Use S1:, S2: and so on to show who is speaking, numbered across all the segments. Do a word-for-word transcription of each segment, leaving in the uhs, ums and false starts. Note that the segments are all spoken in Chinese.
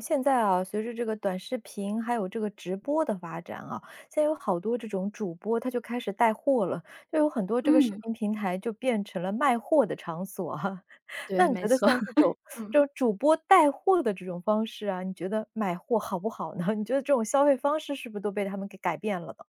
S1: 现在啊，随着这个短视频还有这个直播的发展啊，现在有好多这种主播，他就开始带货了，就有很多这个视
S2: 嗯，
S1: 频平台就变成了卖货的场所哈。那
S2: 对，
S1: 你
S2: 没
S1: 觉得
S2: 错。
S1: 像这 种
S2: 嗯。
S1: 这种主播带货的这种方式啊，你觉得买货好不好呢？你觉得这种消费方式是不是都被他们给改变了呢？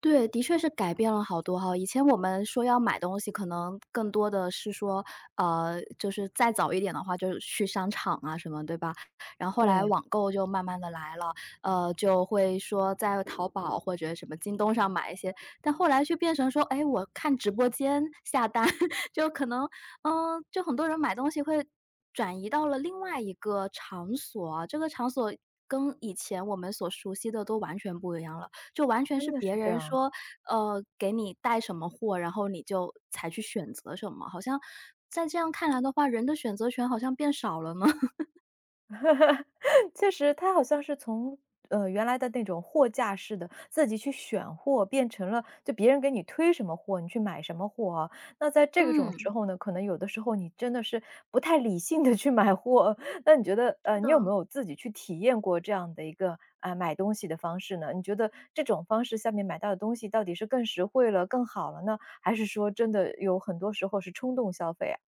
S2: 对，的确是改变了好多哈。以前我们说要买东西，可能更多的是说，呃，就是再早一点的话，就是去商场啊什么，对吧？然后后来
S1: 对，
S2: 网购就慢慢的来了，呃，就会说在淘宝或者什么京东上买一些，但后来就变成说，哎，我看直播间下单，就可能，嗯、就很多人买东西会转移到了另外一个场所啊，这个场所跟以前我们所熟悉的都完全不一样了。就完全是
S1: 真的
S2: 别
S1: 是这
S2: 人
S1: 样。
S2: 说，呃，给你带什么货，然后你就才去选择什么，好像在这样看来的话，人的选择权好像变少了呢。
S1: 确实，它好像是从，呃，原来的那种货架式的，自己去选货，变成了就别人给你推什么货，你去买什么货啊。那在这种
S2: 嗯。
S1: 时候呢，可能有的时候你真的是不太理性的去买货。那你觉得，呃，
S2: 是
S1: 你有没
S2: 的。
S1: 有自己去体验过这样的一个，啊，买东西的方式呢？你觉得这种方式下面买到的东西到底是更实惠了、更好了呢？还是说真的有很多时候是冲动消费啊？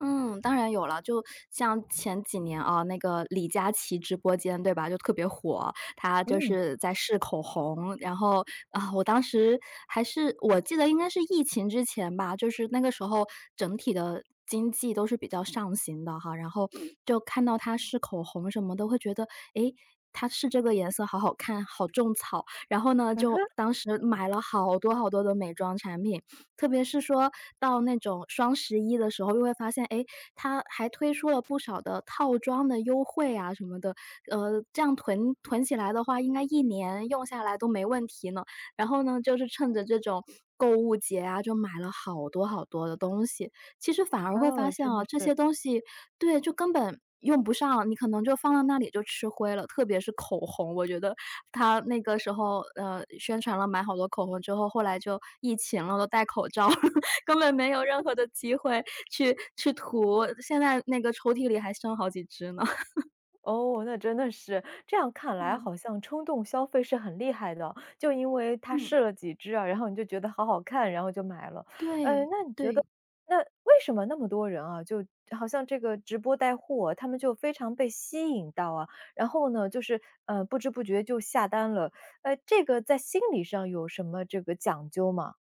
S2: 嗯，当然有了。就像前几年啊，那个李佳琦直播间，对吧？就特别火，他就
S1: 嗯，
S2: 是在试口红。然后，啊，我当时还是我记得应该是疫情之前吧，就是那个时候整体的经济都是比较上行的哈。然后嗯就看到他试口红什么的，会觉得，诶，他试这个颜色好好看，好种草。然后呢，
S1: 嗯
S2: 就当时买了好多好多的美妆产品。特别是说到那种双十一的时候，又会发现，哎，它还推出了不少的套装的优惠啊什么的，呃，这样囤囤起来的话，应该一年用下来都没问题呢。然后呢，就是趁着这种购物节啊，就买了好多好多的东西。其实反而
S1: 哼，
S2: 会发
S1: 哦，
S2: 现
S1: 真
S2: 啊，
S1: 的
S2: 这
S1: 是。
S2: 些东西，对，就根本用不上，你可能就放到那里就吃灰了。特别是口红，我觉得他那个时候，呃，宣传了买好多口红之后，后来就疫情了，都戴口罩了，根本没有任何的机会去去涂。现在那个抽屉里还剩好几支呢。
S1: 哦，那真的是，这样看来
S2: 嗯。
S1: 好像冲动消费是很厉害的哦，就因为他
S2: 嗯，
S1: 试了几支啊，然后你就觉得好好看，然后就买了。呃，
S2: 对，
S1: 那你觉得，
S2: 对。
S1: 那为什么那么多人啊，就好像这个直播带货，他们就非常被吸引到啊，然后呢，就是呃不知不觉就下单了，呃，这个在心理上有什么这个讲究吗？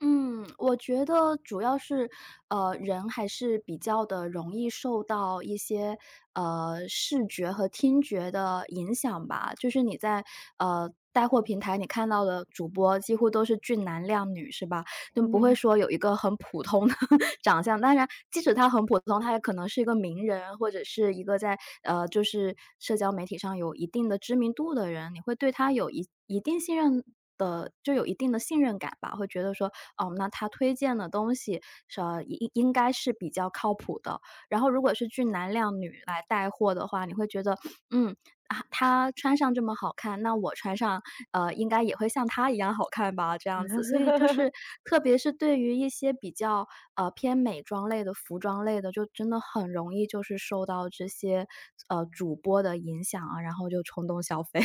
S2: 嗯，我觉得主要是，呃，人还是比较的容易受到一些，呃，视觉和听觉的影响吧。就是你在，呃，带货平台，你看到的主播几乎都是俊男靓女，是吧？就不会 说有一个很普通的 长相。当然，即使他很普通，他也可能是一个名人，或者是一个在呃，就是社交媒体上有一定的知名度的人，你会对他有一一定信任的，就有一定的信任感吧，会觉得说，哦，那他推荐的东西是呃应应该是比较靠谱的。然后，如果是俊男靓女来带货的话，你会觉得，嗯，啊，她穿上这么好看，那我穿上，呃，应该也会像她一样好看吧，这样子。所以就是特别是对于一些比较，呃，偏美妆类的、服装类的，就真的很容易就是受到这些，呃，主播的影响啊，然后就冲动消费。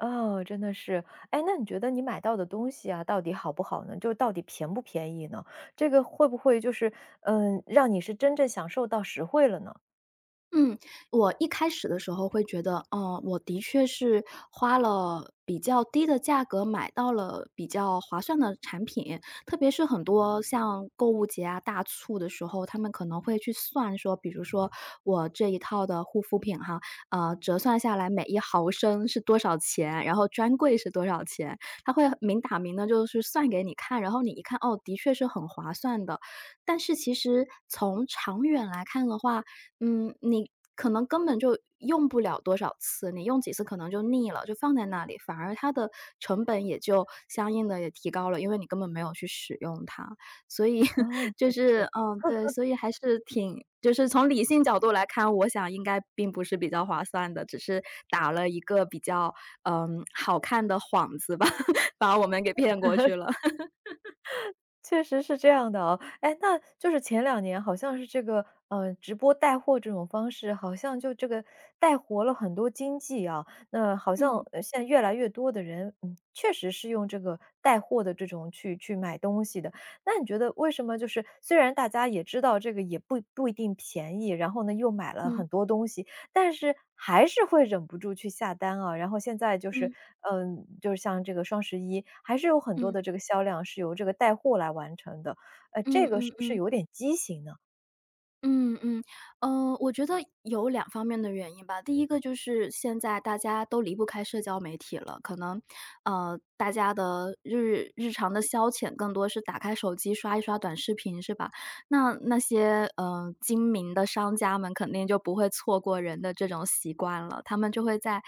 S1: 哦，真的是。哎，那你觉得你买到的东西啊，到底好不好呢？就到底便不便宜呢？这个会不会就是，嗯，让你是真正享受到实惠了呢？
S2: 嗯，我一开始的时候会觉得，哦，我的确是花了比较低的价格买到了比较划算的产品，特别是很多像购物节啊、大促的时候，他们可能会去算说，比如说我这一套的护肤品哈，呃，折算下来每一毫升是多少钱，然后专柜是多少钱，他会明打明的，就是算给你看，然后你一看，哦，的确是很划算的。但是其实从长远来看的话，嗯，你可能根本就用不了多少次，你用几次可能就腻了，就放在那里，反而它的成本也就相应的也提高了，因为你根本没有去使用它。所以
S1: 哦，
S2: 就
S1: 确
S2: 是
S1: 实。
S2: 嗯，对，所以还是挺就是从理性角度来看，我想应该并不是比较划算的，只是打了一个比较，嗯，好看的幌子吧，把我们给骗过去了。
S1: 确实是这样的哦。哎，那就是前两年好像是这个，呃，直播带货这种方式，好像就这个带活了很多经济啊。那好像，
S2: 嗯，
S1: 呃，现在越来越多的人，嗯，确实是用这个带货的这种去去买东西的。那你觉得为什么就是虽然大家也知道这个也不不一定便宜，然后呢，又买了
S2: 嗯，
S1: 很多东西，但是还是会忍不住去下单啊。然后现在就是，
S2: 嗯，
S1: 嗯，就是像这个双十一，还是有很多
S2: 嗯，
S1: 的这个销量是由这个带货来完成的。呃，
S2: 嗯
S1: 这个
S2: 嗯
S1: 是
S2: 嗯。
S1: 不是
S2: 嗯
S1: 有点畸形呢？
S2: 嗯嗯，呃，我觉得有两方面的原因吧。第一个就是现在大家都离不开社交媒体了，可能，呃，大家的日日常的消遣更多是打开手机刷一刷短视频，是吧？那那些，呃，精明的商家们肯定就不会错过人的这种习惯了，他们就会在，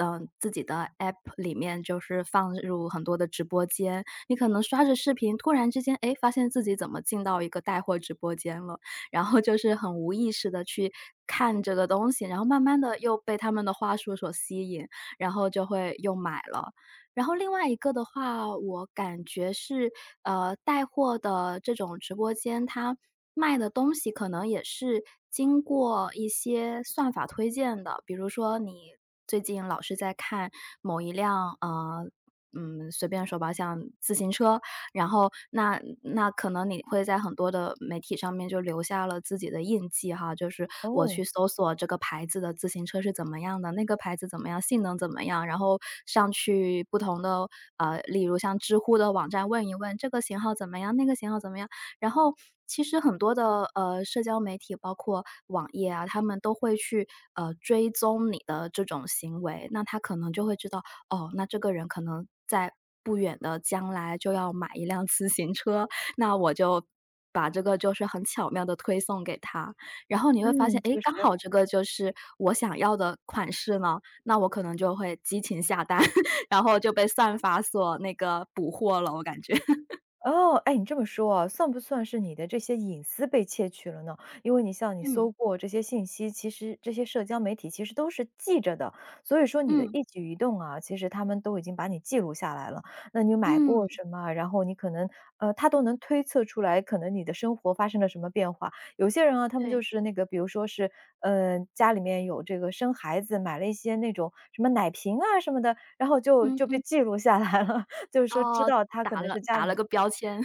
S2: 嗯，自己的 App 里面就是放入很多的直播间，你可能刷着视频，突然之间，哎，发现自己怎么进到一个带货直播间了。然后就是很无意识的去看这个东西，然后慢慢的又被他们的话术所吸引，然后就会又买了。然后另外一个的话，我感觉是，呃，带货的这种直播间，它卖的东西可能也是经过一些算法推荐的。比如说你最近老是在看某一辆，呃，嗯，随便说吧，像自行车，然后那那可能你会在很多的媒体上面就留下了自己的印记哈，就是我去
S1: 哦，
S2: 搜索这个牌子的自行车是怎么样的，那个牌子怎么样，性能怎么样，然后上去不同的呃，例如像知乎的网站问一问这个型号怎么样，那个型号怎么样，然后其实很多的呃社交媒体，包括网页啊，他们都会去呃追踪你的这种行为，那他可能就会知道，哦，那这个人可能在不远的将来就要买一辆自行车，那我就把这个就是很巧妙的推送给他。然后你会发现，
S1: 嗯，
S2: 诶，
S1: 确
S2: 刚
S1: 实。
S2: 好这个就是我想要的款式呢，那我可能就会激情下单，然后就被算法所那个捕获了，我感觉。
S1: 哦，哎，你这么说啊，算不算是你的这些隐私被窃取了呢？因为你像你
S2: 嗯，
S1: 搜过这些信息，其实这些社交媒体其实都是记着的，所以说你的
S2: 嗯，
S1: 一举一动啊，其实他们都已经把你记录下来了。那你买过
S2: 嗯，
S1: 什么啊，然后你可能呃，他都能推测出来，可能你的生活发生了什么变化。有些人啊，他们
S2: 对，
S1: 就是那个，比如说是呃，家里面有这个生孩子，买了一些那种什么奶瓶啊什么的，然后就
S2: 嗯
S1: 就被
S2: 嗯，
S1: 记录下来了，就是说知
S2: 哦，
S1: 道他可
S2: 打
S1: 能
S2: 了
S1: 是家
S2: 打
S1: 里
S2: 了
S1: 面。
S2: 个标签。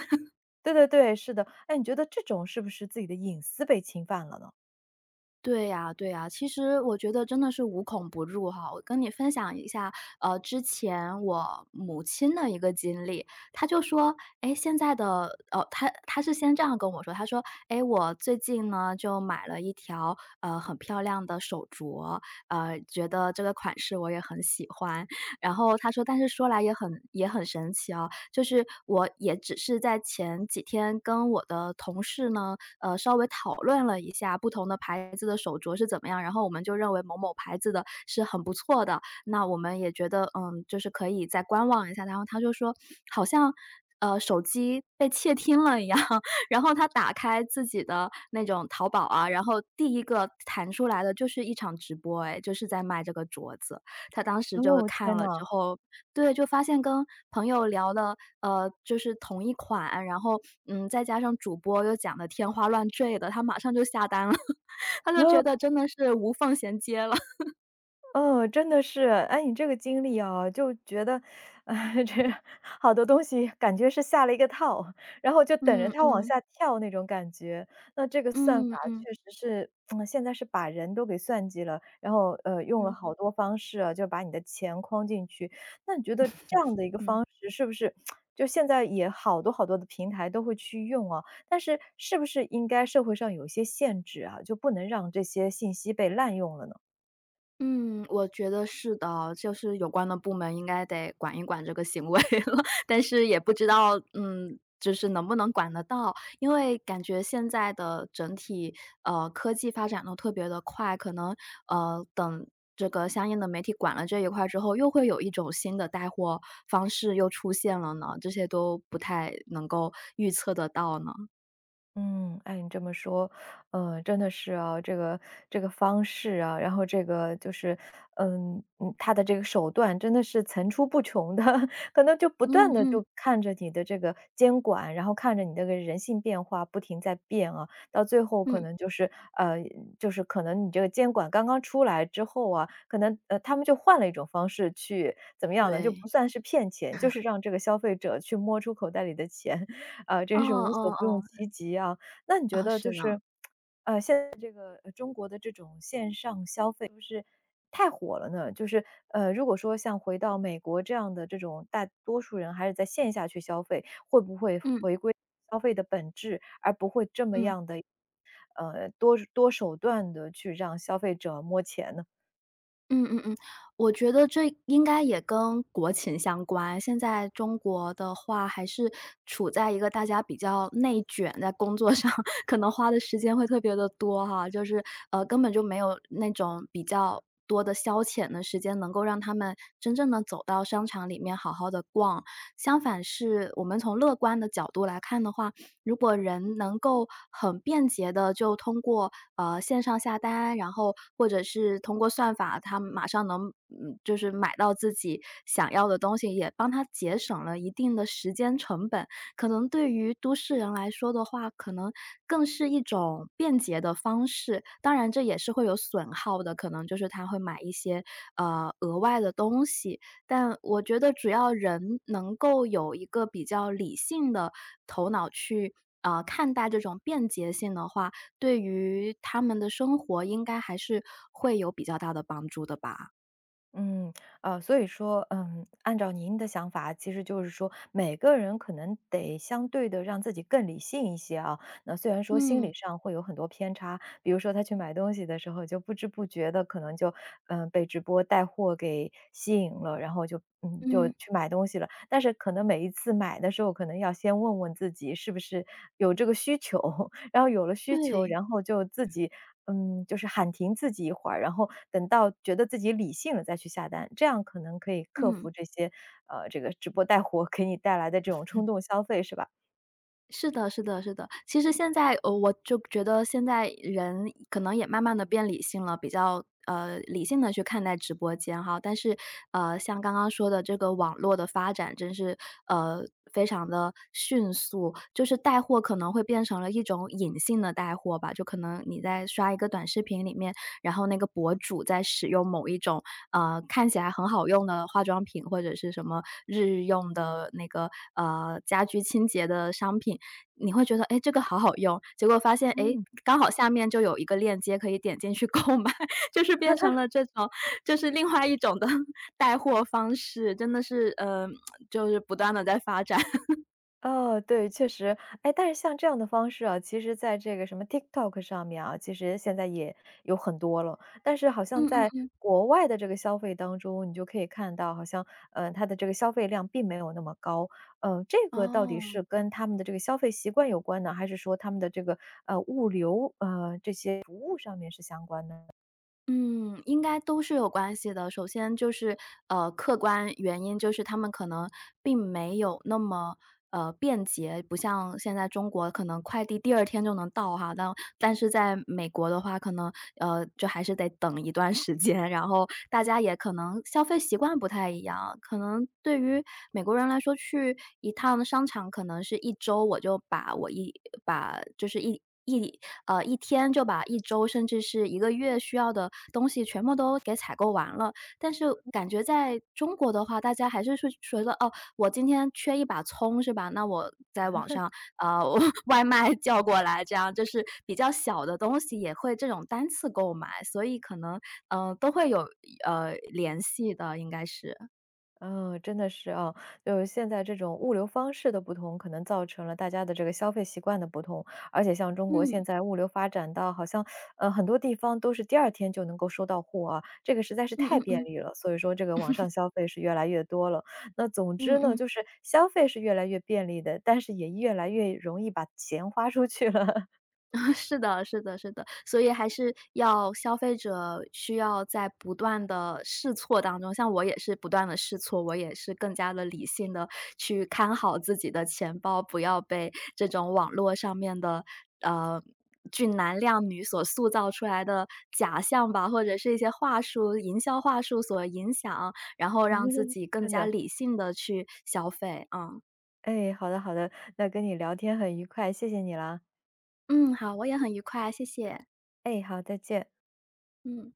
S1: 对对对，是的。哎，你觉得这种是不是自己的隐私被侵犯了呢？
S2: 对呀对呀，其实我觉得真的是无孔不入哈。我跟你分享一下，呃，之前我母亲的一个经历。她就说，哎，现在的哦，她她是先这样跟我说，她说：“哎，我最近呢，就买了一条，呃，很漂亮的手镯，呃，觉得这个款式我也很喜欢。”然后她说，但是说来也很也很神奇哦，就是我也只是在前几天跟我的同事呢，呃，稍微讨论了一下不同的牌子的手镯是怎么样，然后我们就认为某某牌子的是很不错的，那我们也觉得，嗯，就是可以再观望一下。然后他就说好像，呃，手机被窃听了一样，然后他打开自己的那种淘宝啊，然后第一个弹出来的就是一场直播哎，就是在卖这个镯子。他当时就
S1: 哦，天
S2: 看了之
S1: 呐。
S2: 后，对，就发现跟朋友聊的，呃，就是同一款，然后，嗯，再加上主播又讲的天花乱坠的，他马上就下单了，他就觉得 真的是无缝衔接了。
S1: 哦，真的是。哎，你这个经历啊，就觉得，啊，这好多东西感觉是下了一个套，然后就等着
S2: 嗯
S1: 它往
S2: 嗯，
S1: 下跳那种感觉。那这个算法
S2: 嗯嗯，
S1: 确实是，嗯，现在是把人都给算计了，然后，呃，用了
S2: 嗯，
S1: 好多方式啊，就把你的钱框进去。那你觉得这样的一个
S2: 嗯。
S1: 方式是不是就现在也好多好多的平台都会去用啊，但是是不是应该社会上有一些限制啊，就不能让这些信息被滥用了呢？
S2: 嗯，我觉得是的，就是有关的部门应该得管一管这个行为了，但是也不知道，嗯，就是能不能管得到。因为感觉现在的整体，呃，科技发展的特别的快，可能，呃，等这个相应的媒体管了这一块儿之后，又会有一种新的带货方式又出现了呢，这些都不太能够预测得到呢。
S1: 嗯，按你这么说，呃，真的是啊，这个这个方式啊，然后这个就是，嗯嗯，他的这个手段真的是层出不穷的，可能就不
S2: 嗯
S1: 断的
S2: 嗯
S1: 就看着你的这个监管，然后看着你的这个人性变化不停在变啊，到最后可
S2: 嗯，
S1: 能就是呃，就是可能你这个监管刚刚出来之后啊，可能呃他们就换了一种方式去怎么样呢？就
S2: 对，
S1: 不算是骗钱，就是让这个消费者去摸出口袋里的钱，啊，
S2: 哦
S1: 真是无所
S2: 哦
S1: 不用
S2: 哦，
S1: 其极啊。那你觉
S2: 啊，
S1: 得
S2: 是
S1: 就
S2: 呢，
S1: 是，呃，中国的这种线上消费是不是太火了呢？就是，呃，如果说像回到美国这样的这种大多数人还是在线下去消费，会不会
S2: 嗯
S1: 回归消费的本质，而不会这么
S2: 嗯。
S1: 样的呃，多多手段的去让消费者摸钱呢？
S2: 嗯嗯嗯，我觉得这应该也跟国情相关。现在中国的话还是处在一个大家比较内卷，在工作上 可能花的时间会特别的多哈，就是，呃，根本就没有那种比较多的消遣的时间，能够让他们真正的走到商场里面好好的逛。相反是我们从乐观的角度来看的话，如果人能够很便捷的就通过，呃，线上下单，然后或者是通过算法，他马上能嗯，就是买到自己想要的东西，也帮他节省了一定的时间成本。可能对于都市人来说的话，可能更是一种便捷的方式，当然这也是会有损耗的，可能就是他会买一些，呃，额外的东西。但我觉得只要人能够有一个比较理性的头脑去，啊看待这种便捷性的话，对于他们的生活应该还是会有比较大的帮助的吧。
S1: 嗯，啊，所以说，嗯，按照您的想法，其实就是说，每个人可能得相对的让自己更理性一些啊。那虽然说心
S2: 嗯，
S1: 理上会有很多偏差，比如说他去买东西的时候，就不知不觉的可能就，嗯，被直播带货给吸引了，然后就，嗯，就
S2: 嗯，
S1: 去买东西了。但是可能每一次买的时候，可能要先问问自己是不是有这个需求，然后有了需求，
S2: 对，
S1: 然后就自己，嗯，就是喊停自己一会儿，然后等到觉得自己理性了再去下单，这样可能可以克
S2: 嗯。
S1: 服这些，呃，这个直播带货给你带来的这种冲动消费，是吧？
S2: 是的是的是的。其实现在，呃，我就觉得现在人可能也慢慢的变理性了，比较，呃，理性的去看待直播间哈。但是，呃，像刚刚说的这个网络的发展真是，呃，非常的迅速，就是带货可能会变成了一种隐性的带货吧，就可能你在刷一个短视频里面，然后那个博主在使用某一种，呃，看起来很好用的化妆品，或者是什么日用的那个，呃，家居清洁的商品，你会觉得，哎，这个好好用，结果发现，哎，
S1: 嗯。
S2: 刚好下面就有一个链接可以点进去购买，就是变成了这种就是另外一种的 带货方式，真的是，呃，就是不断的在发展。
S1: 哦，对，确实。哎，但是像这样的方式啊，其实在这个什么 T I T 上面啊，其实现在也有很多了。但是好像
S2: 嗯嗯
S1: 在
S2: 嗯，
S1: 国外的这个消费当中，你就可以看到，好像呃，它的这个消费量并没有那么高。呃，这个到底
S2: 哦，
S1: 是跟他们的这个消费习惯有关呢，还是说他们的这个呃物流呃服务上面是相关的？
S2: 嗯，应该都是有关系的。首先就是，呃，客观原因就是他们可能并没有那么，呃，便捷，不像现在中国可能快递第二天就能到哈，但但是在美国的话，可能，呃，就还是得等一段时间，然后大家也可能消费习惯不太一样，可能对于美国人来说，去一趟商场可能是一周，我就把我一把就是一一呃一天就把一周甚至是一个月需要的东西全部都给采购完了。但是感觉在中国的话，大家还是是觉得，哦，我今天缺一把葱是吧？那我在网上呃 外卖叫过来，这样就是比较小的东西也会这种单次购买，所以可能嗯，呃，都会有，呃，联系的，应该是。
S1: 嗯，真的是啊，就是现在这种物流方式的不同，可能造成了大家的这个消费习惯的不同。而且像中国现
S2: 嗯，
S1: 在物流发展到好像，呃，很多地方都是第二天就能够收到货啊，这个实在是
S2: 嗯
S1: 太
S2: 嗯
S1: 便
S2: 嗯，
S1: 利了，所以说这个网上消费是越来越多了。那总
S2: 嗯
S1: 之呢，
S2: 嗯。
S1: 就是消费是越来越便利的，但是也越来越容易把钱花出去了。
S2: 是的是的是的，所以还是要消费者需要在不断的试错当中像我也是不断的试错，我也是更加的理性的去看好自己的钱包，不要被这种网络上面的，呃，俊男靓女所塑造出来的假象吧，或者是一些话术营销话术所影响，然后 让自己更
S1: 真
S2: 加
S1: 的，
S2: 理性的去消费，嗯。
S1: 哎，好的好的，那跟你聊天很愉快，谢谢你啦。
S2: 嗯，好，我也很愉快，谢谢，
S1: 哎，好，再见。
S2: 嗯。